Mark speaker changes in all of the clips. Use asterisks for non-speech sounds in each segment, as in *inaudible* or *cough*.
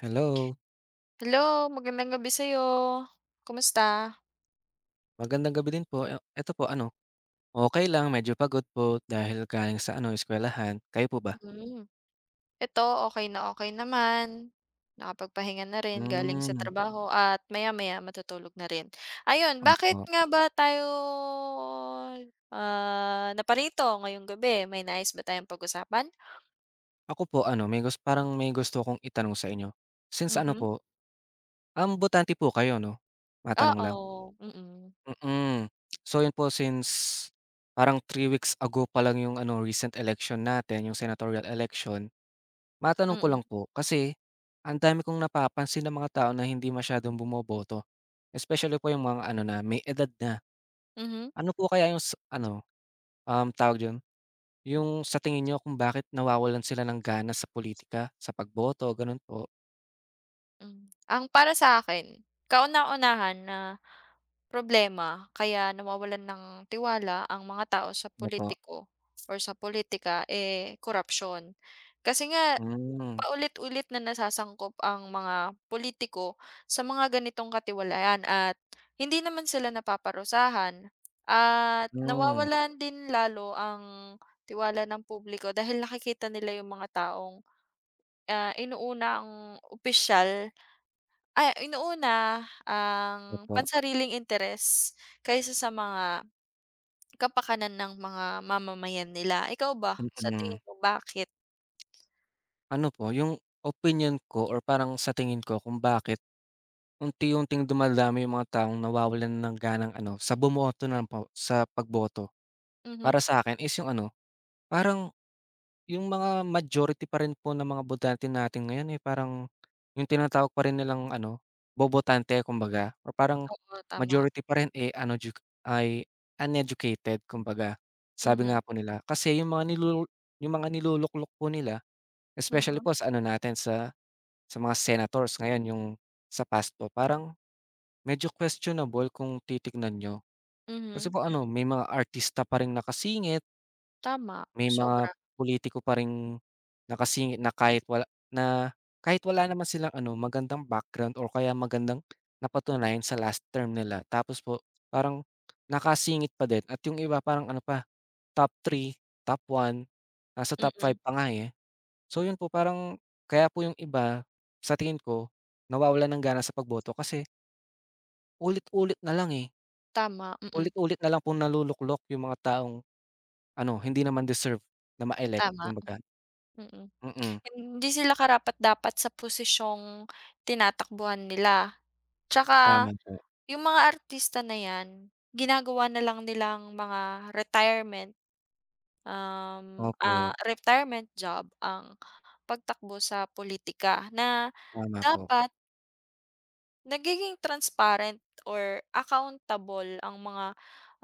Speaker 1: Hello,
Speaker 2: Hello, magandang gabi sa'yo. Kumusta?
Speaker 1: magandang gabi din po. Eh, eto po ano, okay lang medyo pagod po dahil galing sa ano, eskwelahan. Kayo po ba?
Speaker 2: Hmm, eto okay na okay naman. Nakapagpahinga na rin galing sa
Speaker 1: Hmm,
Speaker 2: trabaho at maya-maya matutulog na rin. Ayun, bakit
Speaker 1: opo.
Speaker 2: nga ba tayo, naparito ngayong gabi? May nais ba tayong pag-usapan?
Speaker 1: Ako po ano, may gusto parang may gusto akong itanong sa inyo. Since ano
Speaker 2: Mhm,
Speaker 1: po, botante po kayo 'no? Matanong lang?
Speaker 2: oo, mm,
Speaker 1: Mm. So yun po, since parang 3 weeks ago pa lang yung ano, recent election natin, yung senatorial election. Matanong ko
Speaker 2: mm,
Speaker 1: lang po, kasi ang dami kong napapansin ng mga tao na hindi masyadong bumoboto, especially po yung mga ano na may edad na.
Speaker 2: mhm,
Speaker 1: Ano po kaya yung ano, tawag dun, yung sa tingin niyo kung bakit nawawalan sila ng gana sa politika sa pagboto, ganun po?
Speaker 2: hmm. Ang para sa'kin, kauna-unahan na problema kaya nawawalan ng tiwala ang mga tao sa
Speaker 1: Opo.
Speaker 2: politiko or sa politika eh, korapsyon. Kasi nga
Speaker 1: Hmm,
Speaker 2: paulit-ulit na nasasangkop ang mga politiko sa mga ganitong katiwalian at hindi naman sila napaparusahan at
Speaker 1: hmm,
Speaker 2: nawawalan din lalo ang tiwala ng publiko dahil nakikita nila yung mga taong, inuuna ang opisyal ay, inuuna ang
Speaker 1: opo,
Speaker 2: pansariling interes kaysa sa mga kapakanan ng mga mamamayan nila. Ikaw ba, sa
Speaker 1: mm.
Speaker 2: tingin mo bakit?
Speaker 1: Ano po, yung opinion ko or parang sa tingin ko kung bakit unti-unting dumadami yung mga taong nawawalan ng ganang ano, sa bumoto na po, sa pagboto,
Speaker 2: Mhm,
Speaker 1: para sa akin is yung ano, parang yung mga majority pa rin po ng mga botante natin ngayon, eh, parang yung tinatawag pa rin nilang ano, bobotante kumbaga or parang
Speaker 2: oo, tama.
Speaker 1: majority pa rin, eh, ay uneducated kumbaga, sabi nga
Speaker 2: Mhm,
Speaker 1: po nila. Kasi yung mga nilulu yung mga niluluklok po nila, especially
Speaker 2: mhm,
Speaker 1: po sa ano natin sa mga senators ngayon, yung sa past po, parang medyo questionable kung titignan niyo. Kasi
Speaker 2: mhm,
Speaker 1: po ano, may mga artista pa ring nakasingit.
Speaker 2: tama,
Speaker 1: May mga
Speaker 2: sobra,
Speaker 1: pulitiko pa ring nakasingit na kahit wala naman silang ano, magandang background or kaya magandang napatunayan sa last term nila. Tapos po parang nakasingit pa din at yung iba parang ano pa, top three, top 1, nasa top five
Speaker 2: mm,
Speaker 1: pa nga, eh. So yun po, parang kaya po yung iba sa tingin ko nawawala ng gana sa pagboto kasi ulit-ulit na lang, eh.
Speaker 2: tama, mm,
Speaker 1: Ulit-ulit na lang pong naluluklok yung mga taong ano, hindi naman deserve na ma-elect
Speaker 2: tama,
Speaker 1: kumbaga,
Speaker 2: mm.
Speaker 1: mm.
Speaker 2: Hindi sila karapat-dapat sa posisyong tinatakbuhan nila. Tsaka
Speaker 1: Tama po.
Speaker 2: yung mga artista na yan ginagawa na lang nilang mga
Speaker 1: Opo,
Speaker 2: retirement job ang pagtakbo sa politika na
Speaker 1: tama po.
Speaker 2: dapat nagiging transparent or accountable ang mga,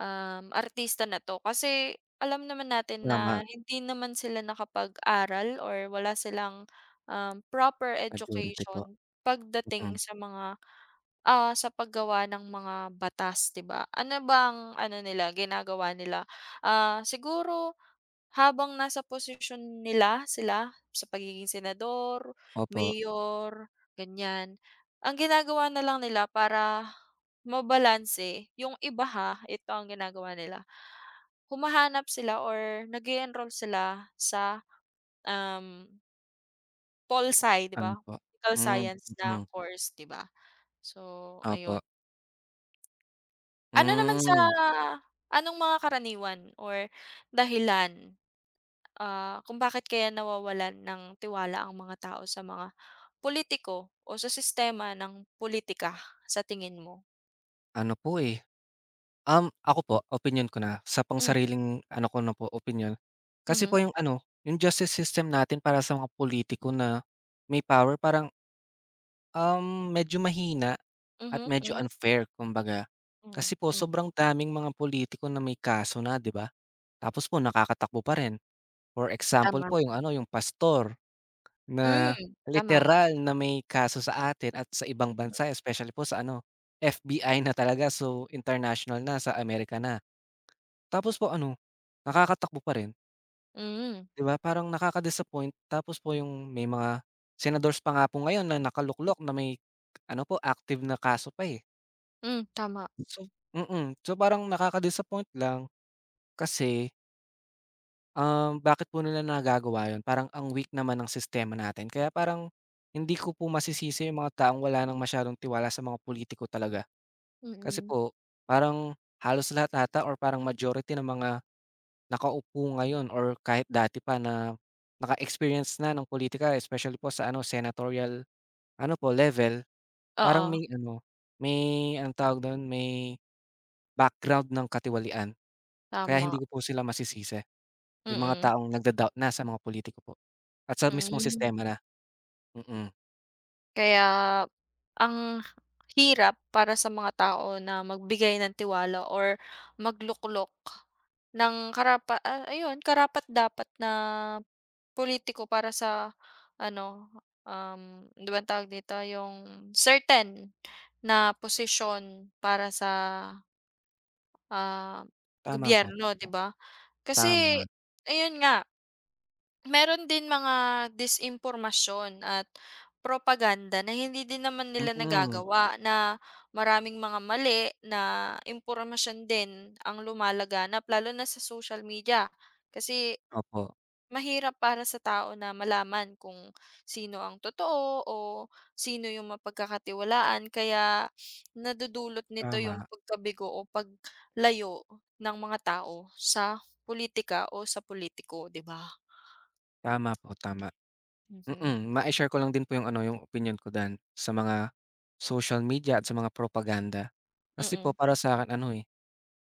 Speaker 2: artista na 'to. Kasi alam naman natin na
Speaker 1: Tama,
Speaker 2: hindi naman sila nakapag-aral or wala silang, proper
Speaker 1: majority po,
Speaker 2: education
Speaker 1: mm.
Speaker 2: pagdating sa mga, sa paggawa ng mga batas, 'di ba? Ano bang ano nila, ginagawa nila, siguro habang nasa posisyon nila sila sa pagiging senador,
Speaker 1: Opo,
Speaker 2: mayor, ganyan, ang ginagawa na lang nila para mabalanse yung iba ha, ito ang ginagawa nila, humahanap sila or nag enroll sila sa, um, pol-sci 'di
Speaker 1: ano
Speaker 2: ba?
Speaker 1: po,
Speaker 2: Political
Speaker 1: hmm,
Speaker 2: science na
Speaker 1: mm.
Speaker 2: course 'di ba? So
Speaker 1: Opo,
Speaker 2: ayun. Ano naman sa
Speaker 1: hmm,
Speaker 2: anong mga karaniwan or dahilan kung bakit kaya nawawalan ng tiwala ang mga tao sa mga politiko o sa sistema ng politika sa tingin mo?
Speaker 1: ano po, eh, ako po opinyon ko na sa
Speaker 2: Hmm,
Speaker 1: pangsariling ano ko na po opinyon, kasi po
Speaker 2: mhm,
Speaker 1: yung ano, yung justice system natin para sa mga pulitiko na may power parang, medyo mahina at
Speaker 2: mhm,
Speaker 1: medyo
Speaker 2: mhm,
Speaker 1: unfair kumbaga.
Speaker 2: hmm,
Speaker 1: Kasi po
Speaker 2: hmm,
Speaker 1: sobrang daming mga pulitiko na may kaso na, 'di ba? Tapos po nakakatakbo pa rin. For example
Speaker 2: tama.
Speaker 1: po yung ano, yung pastor.
Speaker 2: Hmm,
Speaker 1: Na
Speaker 2: tama.
Speaker 1: literal na may kaso sa atin at sa ibang bansa especially po sa ano, FBI na talaga, so international na sa Amerika na. Tapos po ano, nakakatakbo pa rin,
Speaker 2: Hmm,
Speaker 1: 'di ba, parang nakaka-disappoint, tapos po yung may mga senadors pa nga po ngayon na nakaluklok na may ano po active na kaso pa, eh.
Speaker 2: hmm, tama,
Speaker 1: So mm, so parang nakaka-disappoint lang kasi Bakit po nila nagagawa yun? Parang ang weak naman ng sistema natin kaya parang hindi ko po masisisi yung mga taong wala nang masyadong tiwala sa mga politiko talaga. Kasi
Speaker 2: mm.
Speaker 1: po parang halos lahat ata or parang majority ng mga nakaupo ngayon or kahit dati pa na naka-experience na ng politika especially po sa ano senatorial ano po level, parang
Speaker 2: Oo,
Speaker 1: may ano, may anong tawag dun, may background ng katiwalian. Kaya
Speaker 2: tama,
Speaker 1: hindi ko po sila masisisi. Yung mga
Speaker 2: mm,
Speaker 1: taong nagda-doubt na sa mga pulitiko po at sa mismong
Speaker 2: hmm.
Speaker 1: sistema na. Mm,
Speaker 2: Kaya ang hirap para sa mga tao na magbigay ng tiwala or magluklok ng ayun, karapat-dapat na politiko para sa ano, 'di ba ang tawag dito, yung certain na posisyon para sa, ah,
Speaker 1: tama po,
Speaker 2: gobyerno, 'di
Speaker 1: tama,
Speaker 2: ba? Kasi
Speaker 1: tama.
Speaker 2: ayun nga meron din mga disinformasyon at propaganda na hindi din naman nila
Speaker 1: Mm,
Speaker 2: nagagawa na maraming mga mali na impormasyon din ang lumalaganap lalo na sa social media. Kasi
Speaker 1: opo,
Speaker 2: mahirap para sa tao na malaman kung sino ang totoo o sino yung mapagkakatiwalaan kaya nadudulot nito yung
Speaker 1: tama,
Speaker 2: pagkabigo o paglayo ng mga tao sa politika o sa politiko, 'di ba?
Speaker 1: tama po, tama.
Speaker 2: Mhm,
Speaker 1: Mm, mai-share ko lang din po yung ano, yung opinyon ko diyan sa mga social media at sa mga propaganda. Kasi po
Speaker 2: mm.
Speaker 1: para sa'kin ano, eh,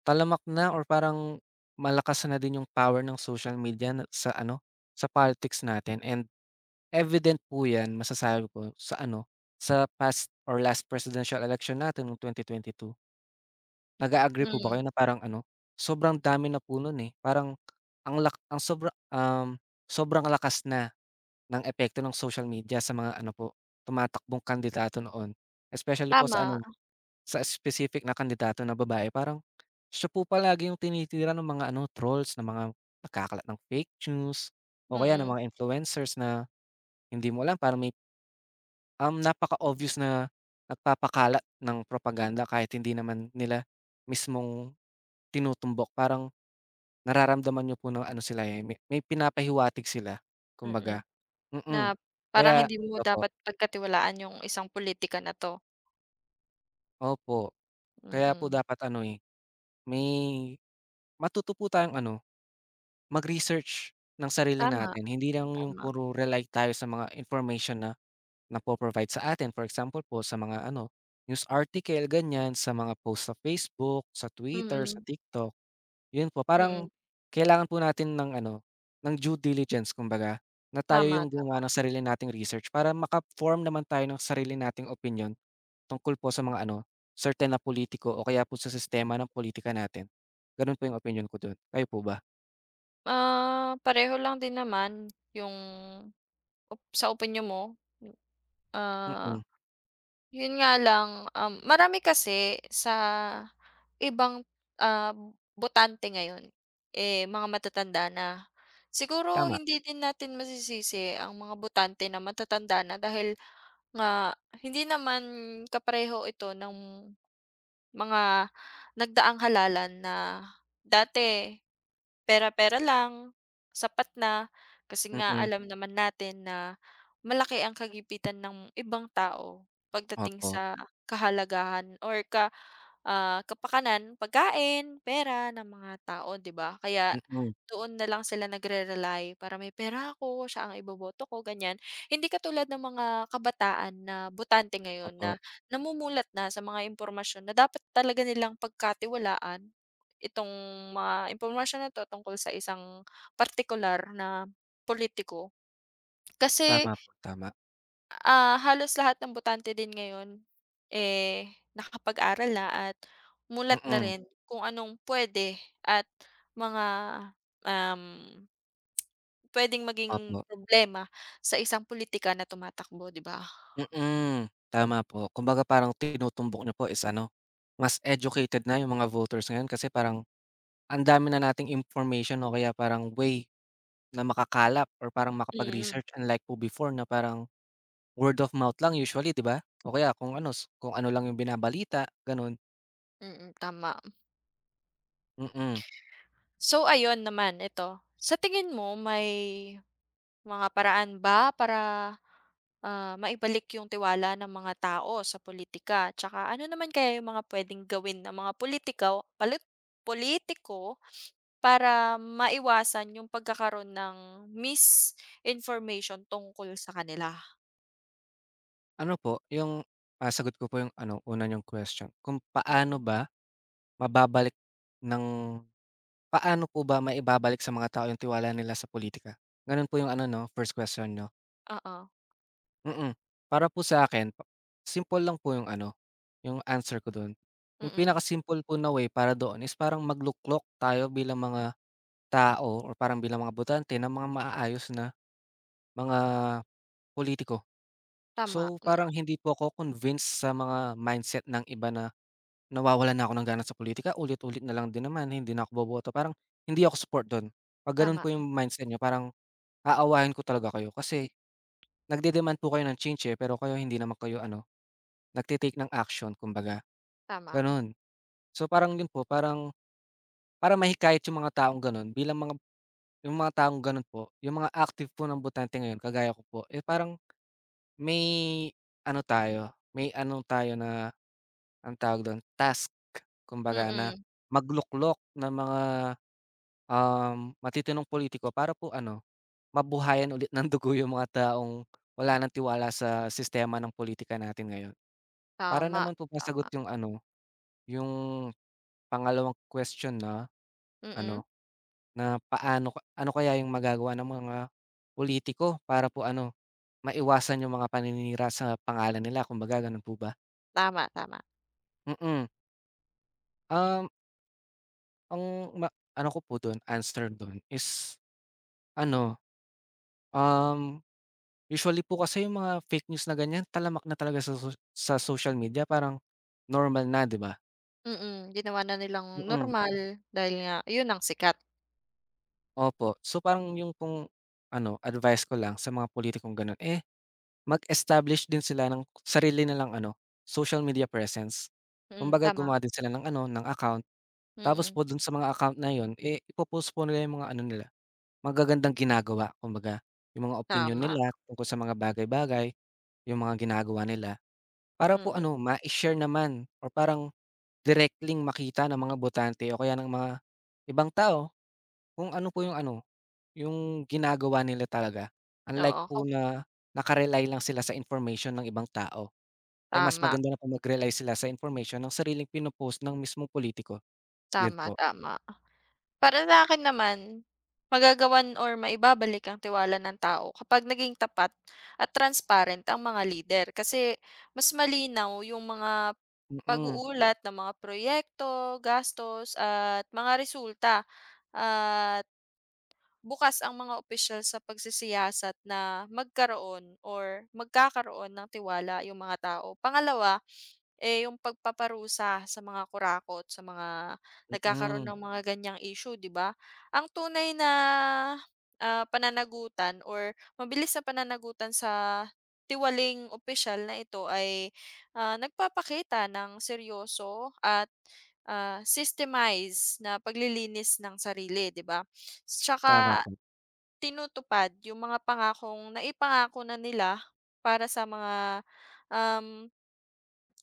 Speaker 1: talamak na or parang malakas na din yung power ng social media na sa ano, sa politics natin, and evident po 'yan, masasabi ko sa ano, sa past or last presidential election natin noong 2022. Nag-a-agree po ba
Speaker 2: Mm,
Speaker 1: kayo na parang ano, sobrang dami na po no'n, eh, parang ang lak ang sobra um, sobrang lakas na ng epekto ng social media sa mga ano po, tumatakbong kandidato noon. Especially po sa
Speaker 2: tama,
Speaker 1: ano, sa specific na kandidato na babae, parang siya po palagi yung tinitira ng mga ano, trolls, ng mga nagkakalat ng fake news o kaya ng
Speaker 2: mm,
Speaker 1: mga influencers na hindi mo alam, parang napaka-obvious na nagpapakalat ng propaganda kahit hindi naman nila mismong tinutumbok. Parang nararamdaman niyo po na ano sila, eh, may pinapahiwatig sila
Speaker 2: mm.
Speaker 1: kumbaga, mm.
Speaker 2: Na parang
Speaker 1: Kaya
Speaker 2: hindi mo
Speaker 1: opo,
Speaker 2: dapat pagkatiwalaan yung isang pulitika na 'to,
Speaker 1: opo. Kaya po
Speaker 2: mm.
Speaker 1: dapat ano, eh, may matuto po tayong ano, mag-research ng sarili
Speaker 2: Tama,
Speaker 1: natin. Hindi lang yung
Speaker 2: tama,
Speaker 1: puro rely tayo sa mga information na napo-provide sa atin. For example po sa mga ano, news article, ganyan, sa mga post sa Facebook, sa Twitter, sa
Speaker 2: mm,
Speaker 1: TikTok. Yun po, parang
Speaker 2: mm,
Speaker 1: kailangan po natin ng ano, ng due diligence kumbaga, na tayo
Speaker 2: tama,
Speaker 1: yung
Speaker 2: tama.
Speaker 1: gumawa ng sarili nating research para maka-form naman tayo ng sarili nating opinyon tungkol po sa mga ano, certain na politiko o kaya po sa sistema ng politika natin. Ganun po yung opinyon ko dun. Kayo po ba?
Speaker 2: Ah, pareho lang din naman yung sa opinyon mo, ah
Speaker 1: Mm,
Speaker 2: Yun nga lang, marami kasi sa ibang, ah, botante ngayon, eh, mga matatanda na. Siguro
Speaker 1: tama.
Speaker 2: hindi din natin masisisi ang mga botante na matatanda na dahil nga hindi naman kapareho ito ng mga nagdaang halalan na dati. Pera-pera lang, sapat na, kasi nga
Speaker 1: Mm,
Speaker 2: alam naman natin na malaki ang kagipitan ng ibang tao pagdating
Speaker 1: opo.
Speaker 2: sa kahalagahan or kapakanan, pagkain, pera ng mga tao, 'di ba? Kaya
Speaker 1: Mm,
Speaker 2: doon na lang sila nagre-rely para, "May pera ako, siya ang iboboto ko," ganyan. Hindi katulad ng mga kabataan na botante ngayon na
Speaker 1: opo.
Speaker 2: namumulat na sa mga impormasyon na dapat talaga nilang pagkatiwalaan itong mga impormasyon na 'to tungkol sa isang partikular na politiko. Kasi,
Speaker 1: Tama po, tama.
Speaker 2: halos lahat ng botante din ngayon, eh, nakapag-aral na at mulat na
Speaker 1: Mm,
Speaker 2: rin kung anong pwede at mga, um, puwedeng maging
Speaker 1: opo.
Speaker 2: problema sa isang politika na tumatakbo, 'di ba?
Speaker 1: Mm, tama po. Kumbaga parang tinutumbok niyo po is ano, mas educated na yung mga voters ngayon kasi parang ang dami na nating information o kaya parang way na makakalap or parang
Speaker 2: Mm,
Speaker 1: makapag-research, unlike po before na parang word of mouth lang usually, 'di ba? O kaya kung ano lang yung binabalita, gano'n.
Speaker 2: mm, tama.
Speaker 1: Mm.
Speaker 2: So ayun naman, ito, sa tingin mo may mga paraan ba para maibalik yung tiwala ng mga tao sa politika, tsaka ano naman kaya yung mga puwedeng gawin ng mga politikaw palit politiko para maiwasan yung pagkakaroon ng misinformation tungkol sa kanila?
Speaker 1: Ano po, yung, ah, sagot ko po yung ano, una yung question, kung paano
Speaker 2: Mm,
Speaker 1: ba mababalik ng paano po ba maibabalik sa mga tao yung tiwala nila sa politika? Gano'n po yung ano 'no, first question niyo.
Speaker 2: oo,
Speaker 1: Mm. Para po sa'kin, simple lang po yung ano, yung answer ko dun. Yung
Speaker 2: mm.
Speaker 1: pinakasimple po na way para doon is parang magluklok tayo bilang mga tao or parang bilang mga botante ng mga maayos na mga politiko.
Speaker 2: Tama,
Speaker 1: So parang
Speaker 2: mm,
Speaker 1: hindi po ako convinced sa mga mindset ng iba na nawawalan na ako ng gana sa politika ulit-ulit na lang din naman, hindi na ako boboto, parang hindi ako support dun. 'Pag ganun
Speaker 2: tama,
Speaker 1: po yung mindset niyo, parang aawahin ko talaga kayo kasi nagde-demand po kayo ng change, eh, pero kayo hindi naman kayo ano, nagte-take ng action kumbaga,
Speaker 2: tama,
Speaker 1: gano'n. So parang 'yun po, parang para mahikayat yung mga taong gano'n bilang mga yung mga taong gano'n po, yung mga active po ng botante ngayon kagaya ko po, eh, parang may may ano tayo na anong tawag do'n, task kumbaga na
Speaker 2: mm,
Speaker 1: magluklok ng mga, matitinong politiko para po ano, mabuhayan ulit *laughs* ng dugo yung mga taong wala ng tiwala sa sistema ng politika natin ngayon. Para
Speaker 2: tama,
Speaker 1: naman po masagot
Speaker 2: tama,
Speaker 1: yung ano, yung pangalawang question na
Speaker 2: mm,
Speaker 1: ano, na paano ka ano kaya yung magagawa ng mga politiko para po ano, maiwasan yung mga paninira sa pangalan nila kumbaga gano'n po ba?
Speaker 2: tama, tama,
Speaker 1: Mm. Um, ang ma ano ko po dun, answer dun is ano, um, usually po kasi yung mga fake news na ganyan talamak na talaga sa social media parang normal na, 'di ba?
Speaker 2: mm. Ginawa na nilang
Speaker 1: Mm,
Speaker 2: normal dahil nga yun ang sikat.
Speaker 1: opo. So parang yung pong ano, advice ko lang sa mga pulitikong gano'n, eh, mag-establish din sila ng sarili nilang ano, social media presence.
Speaker 2: Mm,
Speaker 1: Kumbaga
Speaker 2: tama,
Speaker 1: gumawa din sila ng ano, ng account, tapos
Speaker 2: mm,
Speaker 1: po dun sa mga account na yun, eh, ipo-post po nila yung mga ano nila, magagandang ginagawa kumbaga. Yung mga opinyon
Speaker 2: tama,
Speaker 1: nila tungkol sa mga bagay-bagay, yung mga ginagawa nila. Para po
Speaker 2: mm,
Speaker 1: ano, ma share naman or parang directly makita ng mga botante o kaya ng mga ibang tao kung ano po yung ano, yung ginagawa nila talaga. Unlike po
Speaker 2: oo.
Speaker 1: na naka lang sila sa information ng ibang tao. Eh, mas
Speaker 2: Tama,
Speaker 1: maganda na kung mag-rely sila sa impormasyon ng sariling pino ng mismong politiko, 'yun
Speaker 2: tama,
Speaker 1: po.
Speaker 2: tama. Para sa'kin naman, magagawan or maibabalik ang tiwala ng tao kapag naging tapat at transparent ang mga lider. Kasi mas malinaw yung mga
Speaker 1: Mm,
Speaker 2: pag-uulat ng mga proyekto, gastos at mga resulta at bukas ang mga opisyal sa pagsisiyasat na magkaroon or magkakaroon ng tiwala yung mga tao. Pangalawa, eh, yung pagpaparusa sa mga kurakot, sa mga nagkakaroon
Speaker 1: mm.
Speaker 2: ng mga ganyang issue, 'di ba? Ang tunay na ah, pananagutan or mabilis na pananagutan sa tiwaling opisyal na ito ay nagpapakita ng seryoso at systemize na paglilinis ng sarili, 'di ba?
Speaker 1: Tama
Speaker 2: Tsaka
Speaker 1: po,
Speaker 2: tinutupad yung mga pangakong naipangako na nila para sa mga, um,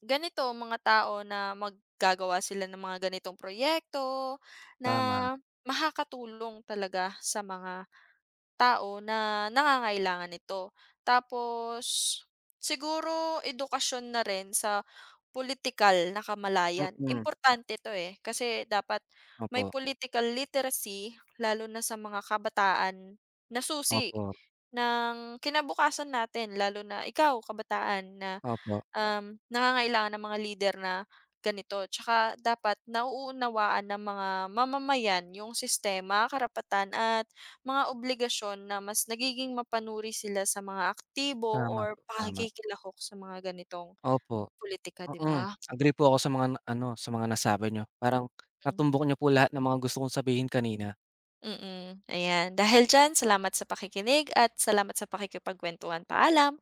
Speaker 2: ganito mga tao na mag gagawa sila ng mga ganitong proyekto na
Speaker 1: tama.
Speaker 2: makakatulong talaga sa mga tao na nangangailangan nito. Tapos siguro edukasyon na rin sa political na kamalayan.
Speaker 1: Mm,
Speaker 2: Importante 'to, eh, kasi dapat may
Speaker 1: opo,
Speaker 2: political literacy lalo na sa mga kabataan na susi
Speaker 1: opo,
Speaker 2: ng kinabukasan natin lalo na ikaw kabataan na
Speaker 1: opo.
Speaker 2: nangangailangan ng mga lider na ganito. Tsaka dapat nauunawaan ng mga mamamayan yung sistema, karapatan at mga obligasyon na mas nagiging mapanuri sila sa mga aktibo
Speaker 1: Tama
Speaker 2: or
Speaker 1: po, tama.
Speaker 2: pakikilahok sa mga ganitong
Speaker 1: Opo,
Speaker 2: politika, 'di
Speaker 1: mm.
Speaker 2: ba?
Speaker 1: Agree po ako sa mga ano, sa mga nasabi niyo. Parang
Speaker 2: Hmm, mm.
Speaker 1: natumbok niyo po lahat ng mga gusto kong sabihin kanina.
Speaker 2: Mm-mm. Ayan, dahil diyan salamat sa pakikinig at salamat sa pakikipagkuwentuhan. Paalam.